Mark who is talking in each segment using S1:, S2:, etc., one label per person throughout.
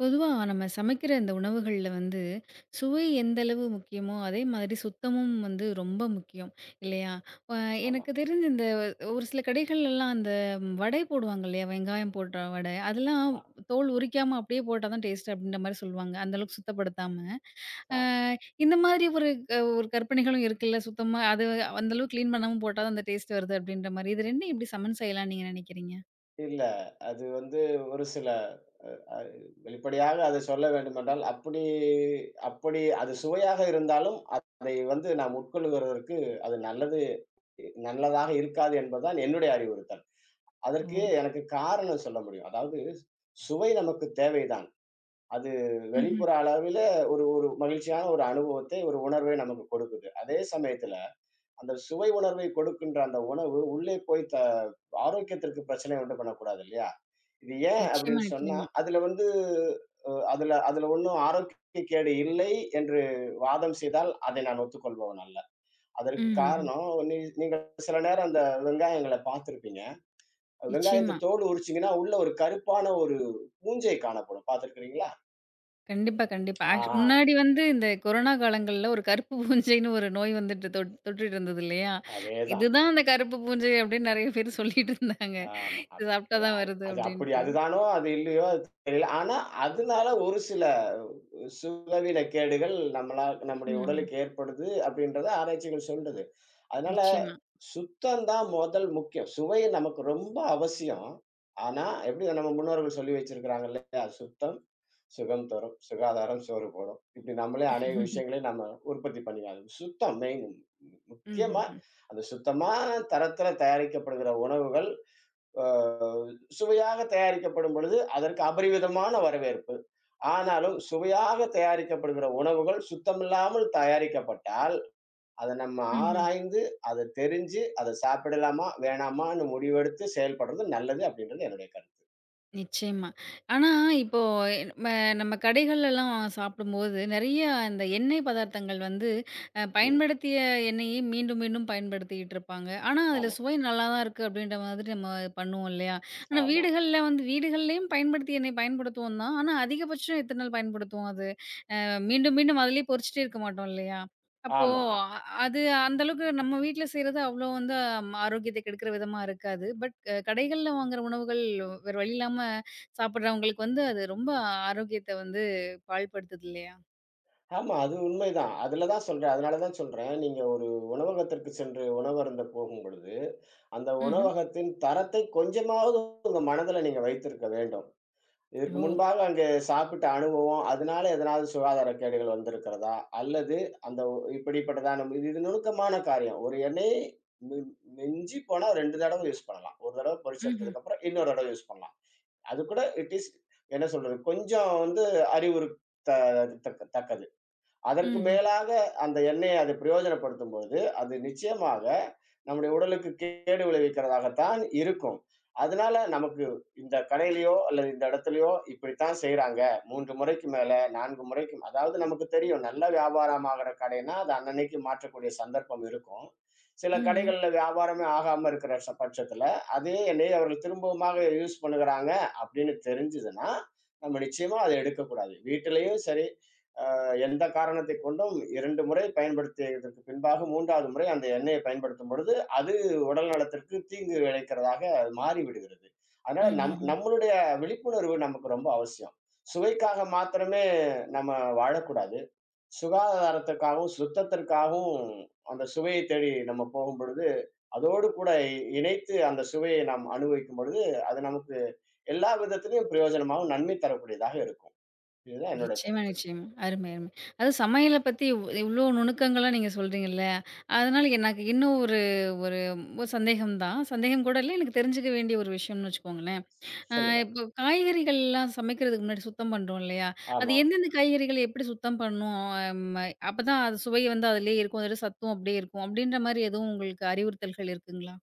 S1: பொதுவா நம்ம சமைக்கிற இந்த உணவுகள்ல வந்து, சுவை எந்த அளவு முக்கியமோ, அதே மாதிரி சுத்தமும் வந்து ரொம்ப முக்கியம். இல்லையா? அ
S2: ஆமா.
S1: எனக்கு தெரிஞ்சு இந்த ஒரு சில கடைகள்லலாம் அந்த வடை போடுவாங்க இல்லையா? வெங்காயம் போட்ட வடை. அதெல்லாம்
S2: அ,
S1: தோல் உரிக்காம அப்படியே போட்டா தான் டேஸ்ட் அப்படின்ற மாரி சொல்லுவாங்க. அந்த அளவுக்கு சுத்தப்படுத்தாம. அ
S2: ஆ.
S1: இந்த மாதிரி ஒரு கற்பனைகளும் இருக்குல்ல. சுத்தமா அது அந்த அளவுக்கு கிளீன் பண்ணாம போட்டா தான் அந்த டேஸ்ட் வருது அப்படின்ற மாரி. இது 2யும் எப்படி சமன் செய்யலாம்னு நீங்க நினைக்கிறீங்க?
S2: இல்ல. அது வந்து ஒரு சில அ வெளிப்படையாக அதை சொல்ல வேண்டுமென்றால், அப்படி அப்படி அது சுவையாக இருந்தாலும், அதை வந்து நாம் உட்கொள்ளுகிறதற்கு அது நல்லது நல்லதாக இருக்காது என்பதுதான் என்னுடைய அறிவுறுத்தல். அதற்கு
S1: ஓ!
S2: எனக்கு காரணம் சொல்ல முடியும். அதாவது சுவை நமக்கு தேவைதான். அது
S1: ம்ஹ்ம்.
S2: வெளிப்புற அளவில ஒரு ஒரு மகிழ்ச்சியான ஒரு அனுபவத்தை, ஒரு உணர்வை நமக்கு கொடுக்குது. அதே சமயத்துல அந்த சுவை உணர்வை கொடுக்கின்ற அந்த உணவு உள்ளே போய் ஆரோக்கியத்திற்கு பிரச்சனை உண்டு பண்ணக்கூடாது இல்லையா? இது ஏன்
S1: நிச்சயமா,
S2: அப்படின்னு சொன்னா,
S1: நிச்சயமா.
S2: அதுல வந்து அ அதுல அதுல ஒண்ணும் ஆரோக்கிய கேடு இல்லை என்று வாதம் செய்தால், அதை நான் ஒத்துக்கொள்பவன் அல்ல. அதற்கு
S1: ம்ஹ்ம்.
S2: காரணம் நீங்க சில நேரம் அந்த வெங்காயங்கள பார்த்திருப்பீங்க. வெங்காயத்த
S1: நிச்சயமா.
S2: தோடு உரிச்சீங்கன்னா, உள்ள ஒரு கருப்பான பூஞ்சை காணப்படும். பார்த்திருக்கிறீங்களா?
S1: கண்டிப்பா, கண்டிப்பா.
S2: ஆ,
S1: ஆக்ச் முன்னாடி வந்து இந்த கொரோனா காலங்கள்ல ஒரு கருப்பு பூஞ்சைன்னு ஒரு நோய் வந்துட்டு தொற்றிட்டு இருந்தது இல்லையா?
S2: அதேதான்.
S1: இதுதான் அந்த கருப்பு பூஞ்சை அப்படின்னு நெறைய பேர் சொல்லிட்டு இருந்தாங்க.
S2: ஆமா.
S1: இது
S2: அத்
S1: சாப்பிட்டா
S2: எ
S1: தான்
S2: அ
S1: வருது
S2: அது அப்படி
S1: அப்படின்ட்டு.
S2: அதுதானோ, அது இல்லையோ, அது தெரியல. ஆனா, அதனால ஒரு சில சுகவீன கேடுகள் நம்முடைய
S1: ம்ஹ்ம்.
S2: உடலுக்கு ஏற்படுது அப்படின்றத ஆராய்ச்சிகள் சொல்லுது. அதனால
S1: நிச்சயமா.
S2: சுத்தம் தான் முதல் முக்கியம். சுவை நமக்கு ரொம்ப அவசியம். ஆனா, எப்படி நம்ம முன்னோர்கள் சொல்லி வச்சிருக்கிறாங்க இல்லையா? சுத்தம் சுகம் தரும், சுகாதாரம் சோறு போடும். இப்படி நம்மளே அநேக விஷயங்களையும் நம்ம உற்பத்தி பண்ணிக்கலாம். சுத்தம் மெயின். முக்கியமா
S1: ம்ஹ்ம்.
S2: அந்த சுத்தமான தரத்தில தயாரிக்கப்படுகிற உணவுகள் அ சுவையாக தயாரிக்கப்படும் பொழுது, அதற்கு அபரிவிதமான வரவேற்பு. ஆனாலும் சுவையாக தயாரிக்கப்படுகிற உணவுகள் சுத்தமில்லாமல் தயாரிக்கப்பட்டால், அத நம்ம
S1: ம்ஹ்ம்.
S2: ஆராய்ந்து, அத தெரிஞ்சு, அத சாப்பிடலாமா? வேணாமான்னு முடிவெடுத்து செயல்படுறது நல்லது அப்படின்றது என்னுடைய கருத்து.
S1: நிச்சயமா. ஆனா, இப்போ எ- நம்ம நம்ம கடைகள்லலாம் சாப்பிடும்போது, நெறைய இந்த எண்ணெய் பதார்த்தங்கள் வந்து
S2: ம்.
S1: பயன்படுத்திய எண்ணெயே மீண்டும், மீண்டும் பயன்படுத்திட்டு இருப்பாங்க. ஆனா, அதில
S2: ஆமா,
S1: சுவை நல்லா தான் இருக்கு அப்படின்ற மாதிரி நம்ம பண்ணுவோம் இல்லையா? ஆனா,
S2: ஆமா,
S1: வீடுகள்ல வந்து வீடுகள்லயும் பயன்படுத்திய எண்ணெய் பயன்படுத்துவோம் தான். ஆனா, அதிகபட்சம் எத்தன நாள் பயன்படுத்துவோம் அது? மீண்டும், மீண்டும் அதிலயே பொரிச்சுட்டே இருக்க மாட்டோம் இல்லையா? அப்போ
S2: ஆமா,
S1: அ அது அந்த அளவுக்கு நம்ம வீட்ல செய்றது அவ்ளோ வந்து ஆரோக்கியத்த கெடுக்கிற விதமா இருக்காது. பட் கடைகள்ல வாங்குற உணவுகள் வேற வழி இல்லாம சாப்பிடுறவங்களுக்கு வந்து அது ரொம்ப ஆரோக்கியத்த வந்து பாழ்படுத்துது இல்லையா?
S2: ஆமா. அது உண்மைதான். அதுல தான் சொல்றேன். அதனால தான் சொல்றேன். நீங்க ஒரு உணவகத்திற்கு சென்று உணவு அருந்த போகும்பொழுது, அந்த
S1: ம்ஹ்ம்.
S2: உணவகத்தின் தரத்தை கொஞ்சமாவது உங்க மனதுல நீங்க வைத்திருக்க வேண்டும். இதற்கு
S1: ஓ!
S2: முன்பாக அங்கே சாப்பிட்ட அனுபவம், அதனால எதனாவது சுகாதார கேடுகள் வந்திருக்கிறதா? அல்லது அந்த இப்படிப்பட்டதான இது இது நுணுக்கமான காரியம். ஒரு எண்ணெயை மின் மிஞ்சி போனா 2 தடவ யூஸ் பண்ணலாம். ஒரு தடவ பொரிச்சு
S1: ம்ஹ்ம்.
S2: எடுத்ததுக்கப்புறம் இன்னொரு தடவ யூஸ் பண்ணலாம். அது கூட இட் இஸ் என்ன சொல்றது? கொஞ்சம் வந்து அறிவுறுத்த தக்கது. அதற்கு
S1: ம்ஹ்ம்.
S2: மேலாக அந்த எண்ணெயை அது பிரயோஜனப்படுத்தும்போது, அது நிச்சயமாக நம்முடைய உடலுக்கு கேடு விளைவிக்கிறதாகத்தான் இருக்கும். அதனால நமக்கு இந்த கடையிலயோ அல்லது இந்த இடத்துலயோ இப்படித்தான் செய்றாங்க. 3 முறைக்கு மேல 4 முறைக்கு அதாவது நமக்கு தெரியும். நல்ல வியாபாரம் ஆகுற கடைன்னா, அது அன்னன்னைக்கு மாற்றக்கூடிய சந்தர்ப்பம் இருக்கும். சில
S1: ம்ஹ்ம்.
S2: கடைகள்ல வியாபாரமே ஆகாம இருக்கிற பட்சத்துல, அதே எண்ணெயை அவர்கள் திரும்பவுமாக யூஸ் பண்ணுகிறாங்க அப்படின்னு தெரிஞ்சதுன்னா, நம்ம நிச்சயமா அத எடுக்கக்கூடாது. வீட்டிலயும் சரி, எந்த காரணத்தை கொண்டும் 2 முறை பயன்படுத்தியதற்கு பின்பாக 3வது முறை அந்த எண்ணெயை பயன்படுத்தும் பொழுது, அது உடல் நலத்திற்கு தீங்கு விளைக்கிறதாக மாறிவிடுகிறது. அதனால
S1: ம்ஹ்ஹ்ம்.
S2: நம்மளுடைய விழிப்புணர்வு நமக்கு ரொம்ப அவசியம். சுவைக்காக மாத்திரமே நம்ம வாழக்கூடாது. சுகாதாரத்துக்காகவும், சுத்தத்திற்காகவும் அந்த சுவையை தேடி நம்ம போகும்பொழுது, அதோடு கூட இணைத்து அந்த சுவையை நாம் அனுபவிக்கும் பொழுது, அது நமக்கு எல்லா விதத்திலும் பிரயோஜனமாகவும், நன்மை தரக்கூடியதாக இருக்கும். இதுதான் என்னுடைய
S1: நிச்சயமா,
S2: கருத்து.
S1: நிச்சயமா. அருமை, அருமை. அது சமையல பத்தி இவ்ளோ நுணுக்கங்களா நீங்க சொல்றீங்கல்ல, அதனால எனக்கு இன்னும் ஒரு ஒரு சந்தேகம் தான். சந்தேகம் கூட இல்ல. எனக்கு தெரிஞ்சுக்க வேண்டிய ஒரு விஷயம்னு வச்சுக்கோங்களேன். ஆ
S2: சொல்லுங்க.
S1: இப்போ காய்கறிகள்லாம் சமைக்கிறதுக்கு முன்னாடி சுத்தம் பண்றோம் இல்லையா? அது
S2: ஆமாம்.
S1: எந்தெந்த காய்கறிகள எப்படி சுத்தம் பண்ணணும்? அப்பதான் அது சுவை வந்து அதிலேயே இருக்கும். அதோட சத்தும் அப்படியே இருக்கும். அப்படின்ற மாரி எதுவும் உங்களுக்கு அறிவுறுத்தல்கள் இருக்குங்களா?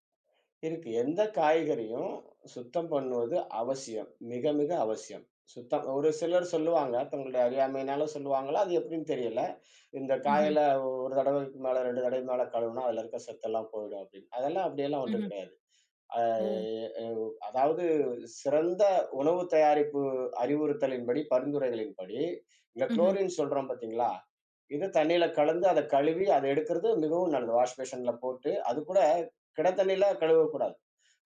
S2: இருக்கு. எந்த காய்கறியும் சுத்தம் பண்ணுவது அவசியம். மிக, மிக அவசியம். சுத்தம் ஒரு சிலர் சொல்லுவாங்க. தங்களுடைய அறியாமையினால சொல்லுவாங்களா? அது எப்படின்னு தெரியல. இந்த
S1: ம்ஹ்ம்.
S2: காயில ஒரு தடவைக்கு மேல 2 தடவை மேல கழுவுனா, அதுல இருக்க சத்தெல்லாம் போயிடும் அப்படின்னு. அதெல்லாம் அப்படியெல்லாம் ஒன்றும்
S1: ம்ஹ்ம்.
S2: கிடையாது. அ
S1: ஓ!
S2: எ உ அதாவது சிறந்த உணவு தயாரிப்பு அறிவுறுத்தலின்படி, பரிந்துரைகளின்படி, இந்த
S1: ம்ஹ்ம்.
S2: குளோரின் சொல்றோம் பார்த்தீங்களா? இது தண்ணீல கலந்து அத கழுவி, அத எடுக்கிறது மிகவும் நல்லது. வாஷ் பேஷன்ல போட்டு, அது கூட கிடத்தண்ணில கழுவக்கூடாது.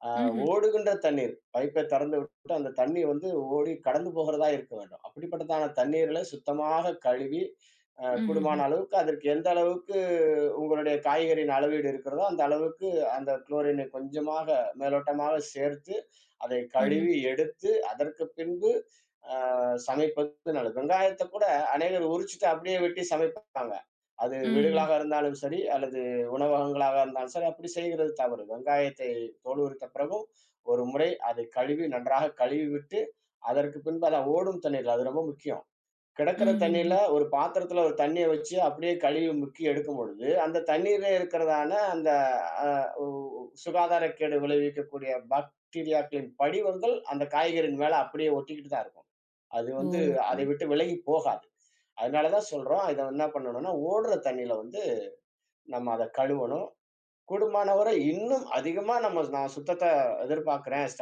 S2: அ
S1: ம்ஹ்ம்.
S2: ஓடுகின்ற தண்ணீர். பைப்பை திறந்து விட்டு அந்த தண்ணீர் வந்து ஓடி கடந்து போகிறதா இருக்க வேண்டும். அப்படிப்பட்டதான தண்ணீர்களை சுத்தமாக கழுவி, அ
S1: ம்ஹ்ஹ்ம்.
S2: கூடுமான அளவுக்கு அதற்கு எந்த அளவுக்கு உங்களுடைய காய்கறியின் அளவீடு இருக்கிறதோ, அந்த அளவுக்கு அந்த குளோரினை கொஞ்சமாக மேலோட்டமாக சேர்த்து, அதை
S1: ம்ஹ்ம்.
S2: கழுவி எடுத்து, அதற்கு பின்பு அ சமைப்பது நல்லது. வெங்காயத்த கூட அநேகர் உரிச்சுட்டு அப்படியே வெட்டி சமைப்பாங்க. அது
S1: ம்ஹ்ம்.
S2: வீடுகளாக இருந்தாலும் சரி, அல்லது உணவகங்களாக இருந்தாலும் சரி, அப்படி செய்கிறது தவறு. வெங்காயத்தை தோல் உரித்த பிறகும் ஒரு முறை அதை கழுவி நன்றாக கழுவி விட்டு, அதற்கு பின்பு அதான் ஓடும் தண்ணீர்ல அது ரொம்ப முக்கியம். கிடக்கிற
S1: ம்ஹ்ஹ்ம்.
S2: தண்ணீல ஒரு பாத்திரத்துல ஒரு தண்ணீய வச்சு அப்படியே கழுவி முக்கி எடுக்கும் பொழுது, அந்த தண்ணீரிலே இருக்கிறதான அந்த அ உ சுகாதாரக்கேடு விளைவிக்கக்கூடிய பாக்டீரியாக்களின் படிவங்கள் அந்த காய்கறியின் மேல அப்படியே ஒட்டிக்கிட்டு தான் இருக்கும். அது
S1: ஓ!
S2: வந்து
S1: ஓ!
S2: அதை விட்டு விலகி போகாது. அதனால தான் சொல்றோம், இத என்ன பண்ணணும்னா ஓடுற தண்ணீல வந்து நம்ம அத கழுவணும். கூடுமானவரை இன்னும் அதிகமா நான் சுத்தத்த எதிர்பார்க்கிறேன்.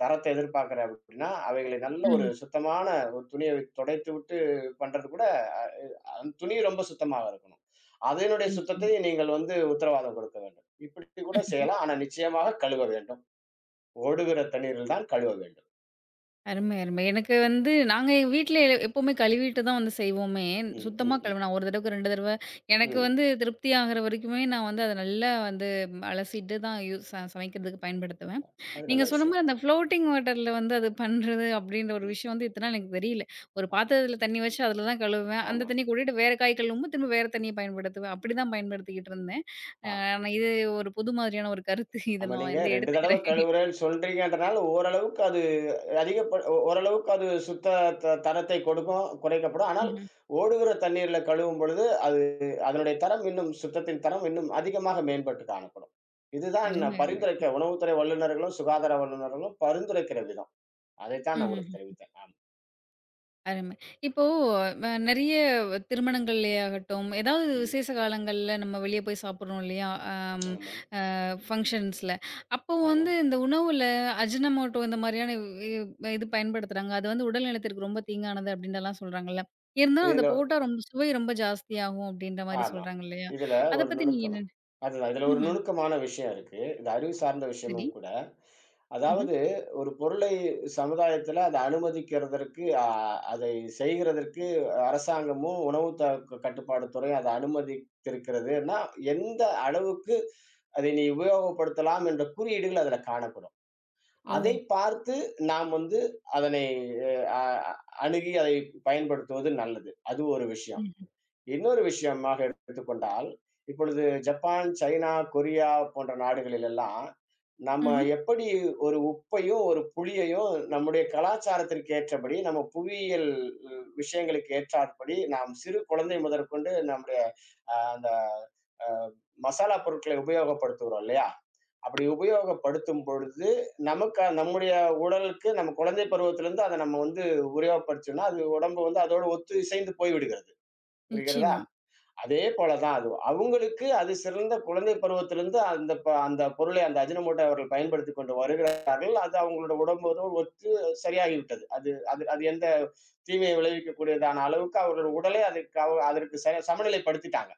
S2: தரத்த எதிர்பார்க்கிறேன் அப்படின்னா, அவைகளை நல்ல ஒரு
S1: ம்ஹ்ம்.
S2: சுத்தமான ஒரு துணிய துடைத்து விட்டு பண்றது கூட அ அந்த துணி ரொம்ப சுத்தமாக இருக்கணும். அதனுடைய
S1: நிச்சயமா.
S2: சுத்தத்தை நீங்கள் வந்து உத்தரவாதம் கொடுக்க வேண்டும். இப்படி கூட செய்யலாம். ஆனா நிச்சயமாக கழுவ வேண்டும். ஓடுகிற தண்ணீரில் தான் கழுவ வேண்டும்.
S1: அருமை, அருமை. எனக்கு வந்து நாங்க எங்க வீட்ல எப்பவுமே கழுவிட்டு தான் வந்து செய்வோமே.
S2: ம், ம்,
S1: சுத்தமா
S2: ம்,
S1: கழுவ நான் 1 தடவைக்கு 2 தடவ எனக்கு
S2: ம்.
S1: வந்து திருப்தி ஆகுற வரைக்குமே நான் வந்து அத நல்லா வந்து ம், அலசிட்டு தான் யூ ச சமைக்கிறதுக்கு பயன்படுத்துவேன்.
S2: அது
S1: நீங்க
S2: நல்ல
S1: சொன்ன
S2: விஷயம்.
S1: மாரி அந்த ஃப்ளோட்டிங் வாட்டர்ல வந்து அது பண்றது அப்படின்ற ஒரு
S2: ம்.
S1: விஷயம் வந்து இத்தன நாள் எனக்கு தெரியல. ஒரு
S2: ஆமா,
S1: பாத்திரத்தில தண்ணி வச்சு அதில தான் கழுவுவேன்.
S2: ஆமா.
S1: அந்த தண்ணி கூட்டிட்டு வேற காய் கழுவும்போது திரும்ப வேற தண்ணிய பயன்படுத்துவேன். அப்படிதான் பயன்படுத்திக்கிட்டு இருந்தேன். அ
S2: ஆ.
S1: ஆனா இது ஒரு புது மாதிரியான ஒரு கருத்து. இத
S2: ஆமா
S1: நான்
S2: நீங்க
S1: வந்து
S2: 2 தடவ
S1: எடுத்துக்கிறேன்.
S2: கழுவுறேன்னு சொல்றீங்கன்றனால ஓரளவுக்கு அதிகப்ப ஒ ஓரளவுக்கு அது சுத்த த தரத்தை கொடுக்கும், குறைக்கப்படும். ஆனால்
S1: ம்ஹ்ம்.
S2: ஓடுகிற தண்ணீர்ல கழுவும் பொழுது, அது அதனுடைய தரம் இன்னும் சுத்தத்தின் தரம் இன்னும் அதிகமாக மேம்பட்டு காணப்படும். இதுதான்
S1: அருமை,
S2: நான்
S1: அருமை.
S2: பரிந்துரைக்க உணவுத்துறை வல்லுநர்களும், சுகாதார வல்லுநர்களும் பரிந்துரைக்கிற விதம். அதைத்தான் நான்
S1: ம்ஹ்ம்.
S2: உங்களுக்கு தெரிவித்தேன். ஆம்.
S1: அருமை. இப்போ நெறைய திருமணங்கள்லயாகட்டும், ஏதாவது
S2: ம்.
S1: விசேஷ காலங்கள்ல நம்ம வெளிய போய் சாப்பிடுறோம் இல்லையா?
S2: ஆமாம்,
S1: அ ஃபங்ஷன்ஸ்ல. அப்போ
S2: ஆமாம்.
S1: வந்து இந்த உணவுல அஜினமோட்டோ இந்த மாதிரியான இ இ- இது பயன்படுத்துறாங்க. அது வந்து உடல் நலத்திற்கு ரொம்ப தீங்கானது அப்டின்னுலாம் சொல்றாங்கல்ல. இருந்தாலும் அத
S2: இதுல
S1: போட்டா ரொம்ப சுவை ரொம்ப ஜாஸ்தியாகும் அப்டின்ற மாரி
S2: ஆமா.
S1: சொல்றாங்க இல்லையா?
S2: இதுல
S1: அத
S2: ஒரு
S1: பத்தி நீங்க
S2: நுணுக்கம்
S1: என்ன
S2: அதுதான். இதுல ஒரு
S1: ம்ஹ்ம்.
S2: நுணுக்கமான விஷயம் இருக்கு. இது அறிவு சார்ந்த
S1: சரி.
S2: விஷயமும் கூட.
S1: ம்ஹ்ம்.
S2: அதாவது ஒரு பொருளை சமுதாயத்துல அத அனுமதிக்கிறதற்கு, அதை செய்கிறதற்கு அரசாங்கமும் உணவு த கட்டுப்பாடு துறை அத அனுமதித்திருக்கிறதுன்னா, எந்த அளவுக்கு அதை நீ உபயோகப்படுத்தலாம் என்ற குறியீடுகள் அதுல காணப்படும்.
S1: ஓ!
S2: அதை பார்த்து நாம் வந்து அதனை அ அணுகி அதை பயன்படுத்துவது நல்லது. அது ஒரு விஷயம்.
S1: ம்.
S2: இன்னொரு விஷயமாக எடுத்துக்கொண்டால், இப்பொழுது ஜப்பான், சைனா, கொரியா போன்ற நாடுகளில் எல்லாம், நம்ம
S1: ம்ஹ்ம்.
S2: எப்படி ஒரு உப்பையும், ஒரு புளியையும் நம்முடைய கலாச்சாரத்திற்கு ஏற்றபடி, நம்ம புவியியல் விஷயங்களுக்கு ஏற்றாற்படி, நாம் சிறு குழந்தை முதற்கொண்டு நம்முடைய அ அந்த அ மசாலா பொருட்களை உபயோகப்படுத்துகிறோம் இல்லையா? அப்படி உபயோகப்படுத்தும் பொழுது, நமக்கு நம்முடைய உடலுக்கு நம்ம குழந்தை பருவத்திலிருந்து அத நம்ம வந்து உபயோகப்படுத்தினோம்னா, அது உடம்பு வந்து அதோடு ஒத்து இசைந்து போய்விடுகிறது. புரிகிறதா?
S1: நிச்சயமா.
S2: அதே போல தான் அதுவும். அவங்களுக்கு அது சிறந்த குழந்தை பருவத்திலிருந்து அந்த பொருளை அந்த அஜினமோட்டோ அவர்கள் பயன்படுத்திக் கொண்டு வருகிறார்கள். அது அவங்களோட உடம்போடு ஒத்து சரியாகிவிட்டது. அது அது அது எந்த தீமையை விளைவிக்கக்கூடியதான அளவுக்கு அவர்கள் உடலை அதற்கு சமநிலைப்படுத்திட்டாங்க.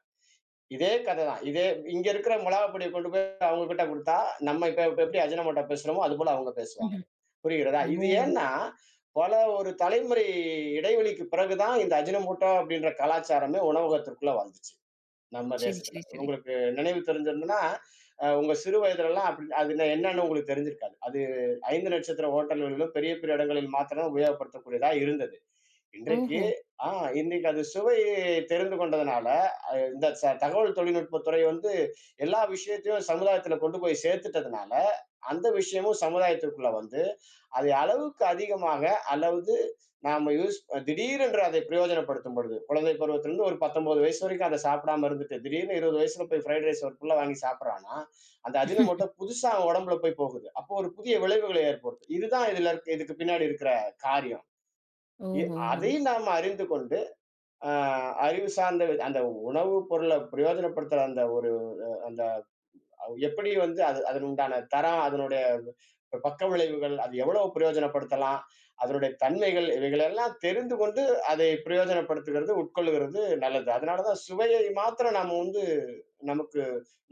S2: இதே கதை தான். இதே இங்க இருக்கிற மிளகாப் பொடிய கொண்டு போய் அவங்க கிட்ட குடுத்தா, நம்ம இப்ப இப்ப எப்படி அஜினமோட்டோ பேசுறோமோ, அதுபோல அவங்க பேசுவாங்க.
S1: ம்ஹ்ம்.
S2: புரிகிறதா?
S1: ஓ!
S2: இது ஏன்னா, பல ஒரு தலைமுறை இடைவெளிக்கு பிறகு தான் இந்த அஜினமோட்டோ அப்படின்ற கலாச்சாரமே உணவகத்திற்குள்ள வந்துச்சு. நம்ம
S1: சரி,
S2: தேசத்துல.
S1: சரி, சரி.
S2: உங்களுக்கு நினைவு தெரிஞ்சிருந்ததுன்னா, உங்க சிறு வயதிலலாம் அப்படி அது என்னன்னு உங்களுக்கு தெரிஞ்சிருக்காது. அது 5 நட்சத்திர ஹோட்டல்களிலும், பெரிய பெரிய இடங்களில் மாத்திரம் உபயோகப்படுத்தக்கூடியதா இருந்தது. இன்றைக்கு
S1: ஓஹோ!
S2: ஆ இன்றைக்கு அது சுவை தெரிந்து கொண்டதுனால, இந்த தகவல் தொழில்நுட்பத் துறை வந்து எல்லா விஷயத்தையும் சமுதாயத்துல கொண்டு போய் சேர்த்துட்டதுனால, அந்த விஷயமும் சமுதாயத்திற்குள்ள வந்து, அதை அளவுக்கு அதிகமாக அல்லது நாம யூஸ் திடீரென்று அதை பிரயோஜனப்படுத்தும் பொழுது, குழந்தை பருவத்திலிருந்து ஒரு 19 வயசு வரைக்கும் அத சாப்பிடாம இருந்துட்டு, திடீர்னு 20 வயசுல போய் ஃப்ரைட் ரைஸ் ஒரு புள்ள வாங்கி சாப்பிடுறான்னா, அந்த அஜினோமோட்டோ புதுசா அவன் உடம்புல போய் போகுது. அப்போ ஒரு புதிய விளைவுகளை ஏற்படுத்தும். இதுதான் இதுல இருக்க இதுக்கு பின்னாடி இருக்கிற காரியம். இ
S1: ஓஹோஹோ!
S2: அதை நாம அறிந்து கொண்டு, அ அறிவு சார்ந்த அந்த உணவு பொருள பிரயோஜனப்படுத்துற அந்த ஒரு அ எப்படி வந்து அது அதன் உண்டான தரம், அதனுடைய பக்க விளைவுகள், அது எவ்வளவு பிரயோஜனப்படுத்தலாம்? அதனுடைய தன்மைகள் இவைகளெல்லாம் தெரிந்து கொண்டு அதை பிரயோஜனப்படுத்துகிறது, உட்கொள்ளுகிறது நல்லது. அதனால தான் சுவையை மாத்திரம் நாம வந்து நமக்கு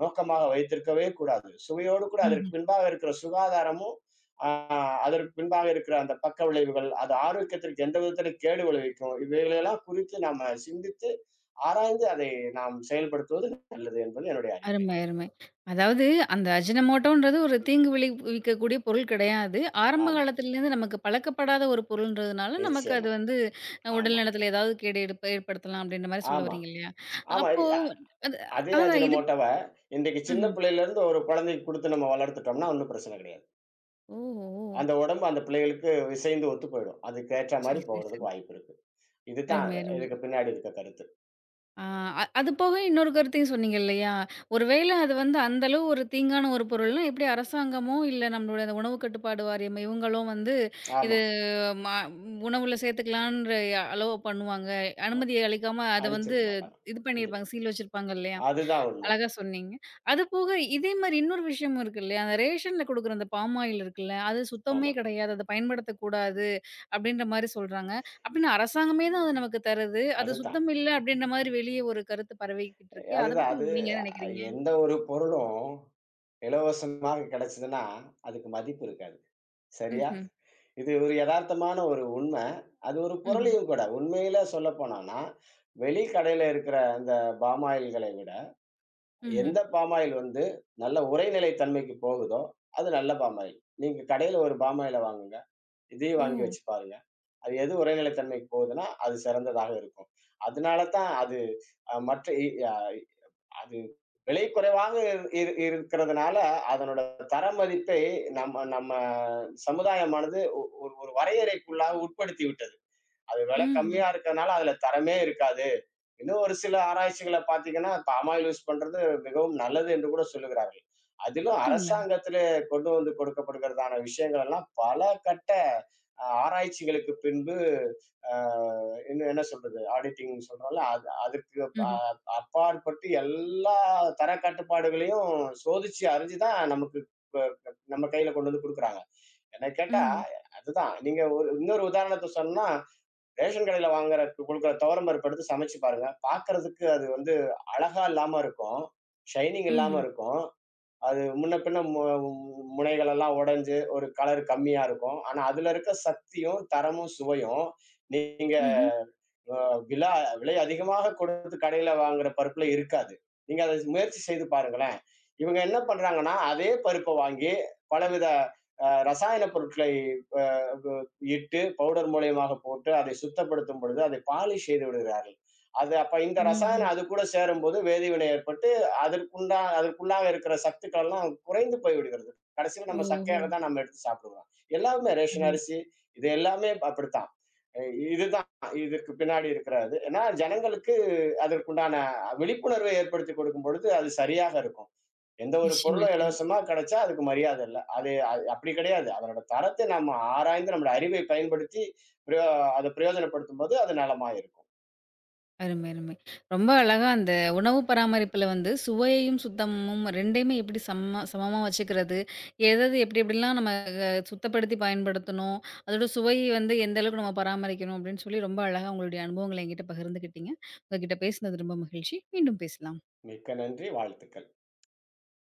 S2: நோக்கமாக வைத்திருக்கவே கூடாது. சுவையோடு கூட அதற்கு
S1: ம்ஹ்ம்.
S2: பின்பாக இருக்கிற சுகாதாரமும், ஆ அதற்கு பின்பாக இருக்கிற அந்த பக்க விளைவுகள், அது ஆரோக்கியத்திற்கு எந்த விதத்தில கேடு விளைவிக்கும். இவைகளெல்லாம் குறித்து நாம சிந்தித்து, ஆராய்ந்து அதை நாம் செயல்படுத்துவது நல்லது என்பது என்னுடைய அறிவுரை.
S1: அருமை, அருமை. அதாவது அந்த அஜினமோட்டோன்றது ஒரு தீங்கு விளைவிக்கக்கூடிய பொருள் கிடையாது. ஆரம்ப
S2: ஆமா.
S1: காலத்திலேருந்து நமக்கு பழக்கப்படாத ஒரு பொருள்ன்றதுனால, நமக்கு அது
S2: நிச்சயமா.
S1: வந்து உடல்
S2: ஆமா,
S1: நலத்தில ஏதாவது கேடு ஏற்படுத்தலாம் அப்படின்ற மாரி சொல்ல
S2: ஆமா,
S1: வரீங்க இல்லையா?
S2: ஆமா. இ
S1: அப்போ
S2: அ
S1: அது அ-
S2: அதே
S1: அதான் இது
S2: அஜினமோட்டோவ இன்றைக்கு சின்ன
S1: ம்ஹ்ம்.
S2: பிள்ளையிலேருந்து ஒரு குழந்தைக்கு குடுத்து நம்ம வளர்த்துட்டோம்னா ஒண்ணும் பிரச்சனை கிடையாது.
S1: ஓ! ஓ!
S2: அந்த உடம்பு அந்த பிள்ளைகளுக்கு இசைந்து ஒத்து போயிடும். அதுக்கு ஏற்ற மாரி
S1: சரி, சரி, சரி.
S2: போகுறதுக்கு வாய்ப்பு இருக்கு. இதுதான்
S1: அருமை, அருமை.
S2: இதுக்கு பின்னாடி இருக்க கருத்து.
S1: ஆ அது போக இன்னொரு கருத்தையும் சொன்னீங்க இல்லையா? ஒரு வேள அது வந்து அந்த அளவு ஒரு தீங்கான ஒரு பொருள்னா, எப்படி அரசாங்கமோ, இல்ல நம்மளுடைய அந்த உணவு கட்டுப்பாடு வாரியம் இவங்களும் வந்து
S2: ஆமா.
S1: இது ம உணவுல சேர்த்துக்கலான்ற அலோவ் பண்ணுவாங்க.
S2: அ
S1: அனுமதி அளிக்காம அத வந்து
S2: அடிச்சிருக்க மாட்டாங்க.
S1: இது
S2: இது.
S1: பண்ணியிருப்பாங்க. சீல் வச்சிருப்பாங்க இல்லையா?
S2: அதுதான் உண்மை.
S1: அழகா சொன்னீங்க. அது போக இதே மாரி இன்னொரு விஷயமும் இருக்கு இல்லையா? அந்த ரேஷன்ல குடுக்குற அந்த பாம் ஆயில் இருக்குல்ல, அது சுத்தமே
S2: ஆமா.
S1: கிடையாது. அத பயன்படுத்தக்கூடாது அப்படின்ற மாரி சொல்றாங்க. அப்படின்னு அரசாங்கமே தான் அத நமக்கு தருது. அது
S2: அதுதான்.
S1: சுத்தம் இல்ல அப்படின்ற மாரி வெளிய ஒரு கருத்து பரவிக்கிட்டு இருக்கே. அத
S2: அதுதான்.
S1: பத்தி
S2: அது
S1: நீங்க என்ன
S2: அ
S1: நினைக்கிறீங்க?
S2: எந்த ஒரு பொருளும் இலவசமாக கிடைச்சதுன்னா, அதுக்கு மதிப்பு இருக்காது. சரியா?
S1: ம்ஹ்ம்.
S2: இது ஒரு எதார்த்தமான ஒரு உண்மை. அது ஒரு
S1: ம்ஹ்ம்.
S2: புரளியும் கூட. உண்மையில சொல்லப்போனோம்னா, வெளி கடையில இருக்கிற அந்த பாம் ஆயில்களை விட,
S1: ம்ஹ்ம்.
S2: எந்த பாம் ஆயில் வந்து நல்ல உரைநிலை தன்மைக்கு போகுதோ, அது நல்ல பாம் ஆயில். நீங்க கடையில ஒரு பாம் ஆயில வாங்குங்க. இதையும்
S1: ஓ!
S2: வாங்கி வச்சு பாருங்க. அது எது உரைநிலை தன்மைக்கு போகுதுன்னா, அது சிறந்ததாக இருக்கும். அதனால தான் அது அ மற்ற இ அ அது விலை குறைவாக இரு இரு இருக்கிறதுனால, அதனோட தரமதிப்பை நம்ம நம்ம சமுதாயமானது ஒரு வரையறைக்குள்ளாக உட்படுத்தி விட்டது. அது விலை
S1: ம்ஹ்ம்.
S2: கம்மியா இருக்கிறதுனால அதுல தரமே இருக்காது. இன்னும் ஒரு சில ஆராய்ச்சிகளை பாத்தீங்கன்னா பாமாயில் யூஸ் பண்றது மிகவும் நல்லது என்று கூட சொல்லுகிறார்கள். அதிலும்
S1: அப்படிங்களா?
S2: அரசாங்கத்திலே கொண்டு வந்து கொடுக்கப்படுகிறதான விஷயங்கள் எல்லாம் பல கட்ட ஆராய்ச்சிகளுக்கு பின்பு இன்னும் என்ன சொல்றது? ஆடிட்டிங் சொல்றோம்ல அது அதுக்கு
S1: ம்ஹ்ம்.
S2: அப்பாற்பட்டு எல்லா தர கட்டுப்பாடுகளையும் சோதிச்சு அறிஞ்சுதான் நமக்கு இப்ப நம்ம கையில கொண்டு வந்து கொடுக்குறாங்க என்ன கேட்டா,
S1: ம்ஹ்ம்.
S2: அதுதான். நீங்க ஒரு இன்னொரு உதாரணத்த சொல்லணும்னா, ரேஷன் கடையில குடுக்குற துவரம் பருப்பு எடுத்து சமைச்சு பாருங்க. பாக்கறதுக்கு அது வந்து அழகா இல்லாம இருக்கும். ஷைனிங் இல்லாம
S1: ம்ஹ்ம்.
S2: இருக்கும். அது முன்ன பின்ன மு முனைகள் எல்லாம் உடைஞ்சு ஒரு கலர் கம்மியா இருக்கும். ஆனா அதுல இருக்க சக்தியும், தரமும், சுவையும் நீங்க
S1: ம்ஹ்ம்.
S2: அ விலா விலை அதிகமாக கொடுத்து கடையில வாங்குற பருப்புல இருக்காது. நீங்க அத முயற்சி செய்து பாருங்களேன். இவங்க என்ன பண்றாங்கன்னா, அதே பருப்ப வாங்கி பலவித ரசாயன பொருட்களை ப இட்டு பவுடர் மூலியமாக போட்டு அதை சுத்தப்படுத்தும் பொழுது, அதை பாலிஷ் செய்து விடுகிறார்கள். அது அப்ப இந்த
S1: ம்ஹ்ம்.
S2: ரசாயனம் அது கூட சேரும்போது வேதிவினை ஏற்பட்டு, அதற்குள்ளாக இருக்கிற சத்துக்கள்லாம் குறைந்து போய்விடுகிறது. கடைசியில நம்ம
S1: ஓஹோ!
S2: சக்கையாக தான் நம்ம எடுத்து சாப்பிடுறோம். எல்லாமே ரேஷன்
S1: ம்.
S2: அரிசி, இது எல்லாமே அப்படித்தான். அ இதுதான் இதற்கு பின்னாடி இருக்கிறது. ஏன்னா, ஜனங்களுக்கு அதற்குண்டான விழிப்புணர்வை ஏற்படுத்திக் கொடுக்கும் பொழுது, அது சரியாக இருக்கும். எந்த ஒரு
S1: நிச்சயமா,
S2: பொருளும்
S1: நிச்சயமா.
S2: இலவசமா கிடைச்சா அதுக்கு மரியாதை இல்ல. அது அது அப்படி கிடையாது. அதனோட தரத்தை நம்ம ஆராய்ந்து நம்முடைய அறிவை பயன்படுத்தி பிரயோ அத பிரயோஜனப்படுத்தும்போது அது நலமா இருக்கும்.
S1: அருமை, அருமை. ரொம்ப அழகா அந்த உணவு பராமரிப்புல வந்து சுவையையும், சுத்தமும் 2யுமே எப்படி சமமா சமமா வச்சுக்கிறது? எதது எப்படி எப்படிலாம் நம்ம சுத்தப்படுத்தி பயன்படுத்தணும்? அதோட சுவையை வந்து எந்த அளவுக்கு நம்ம பராமரிக்கணும்? அப்படின்னு சொல்லி ரொம்ப அழகா உங்களுடைய அனுபவங்கள என்கிட்ட பகிர்ந்துக்கிட்டீங்க. உங்ககிட்ட பேசினது ரொம்ப மகிழ்ச்சி. மீண்டும் பேசலாம்.
S2: மிக்க நன்றி. வாழ்த்துக்கள்.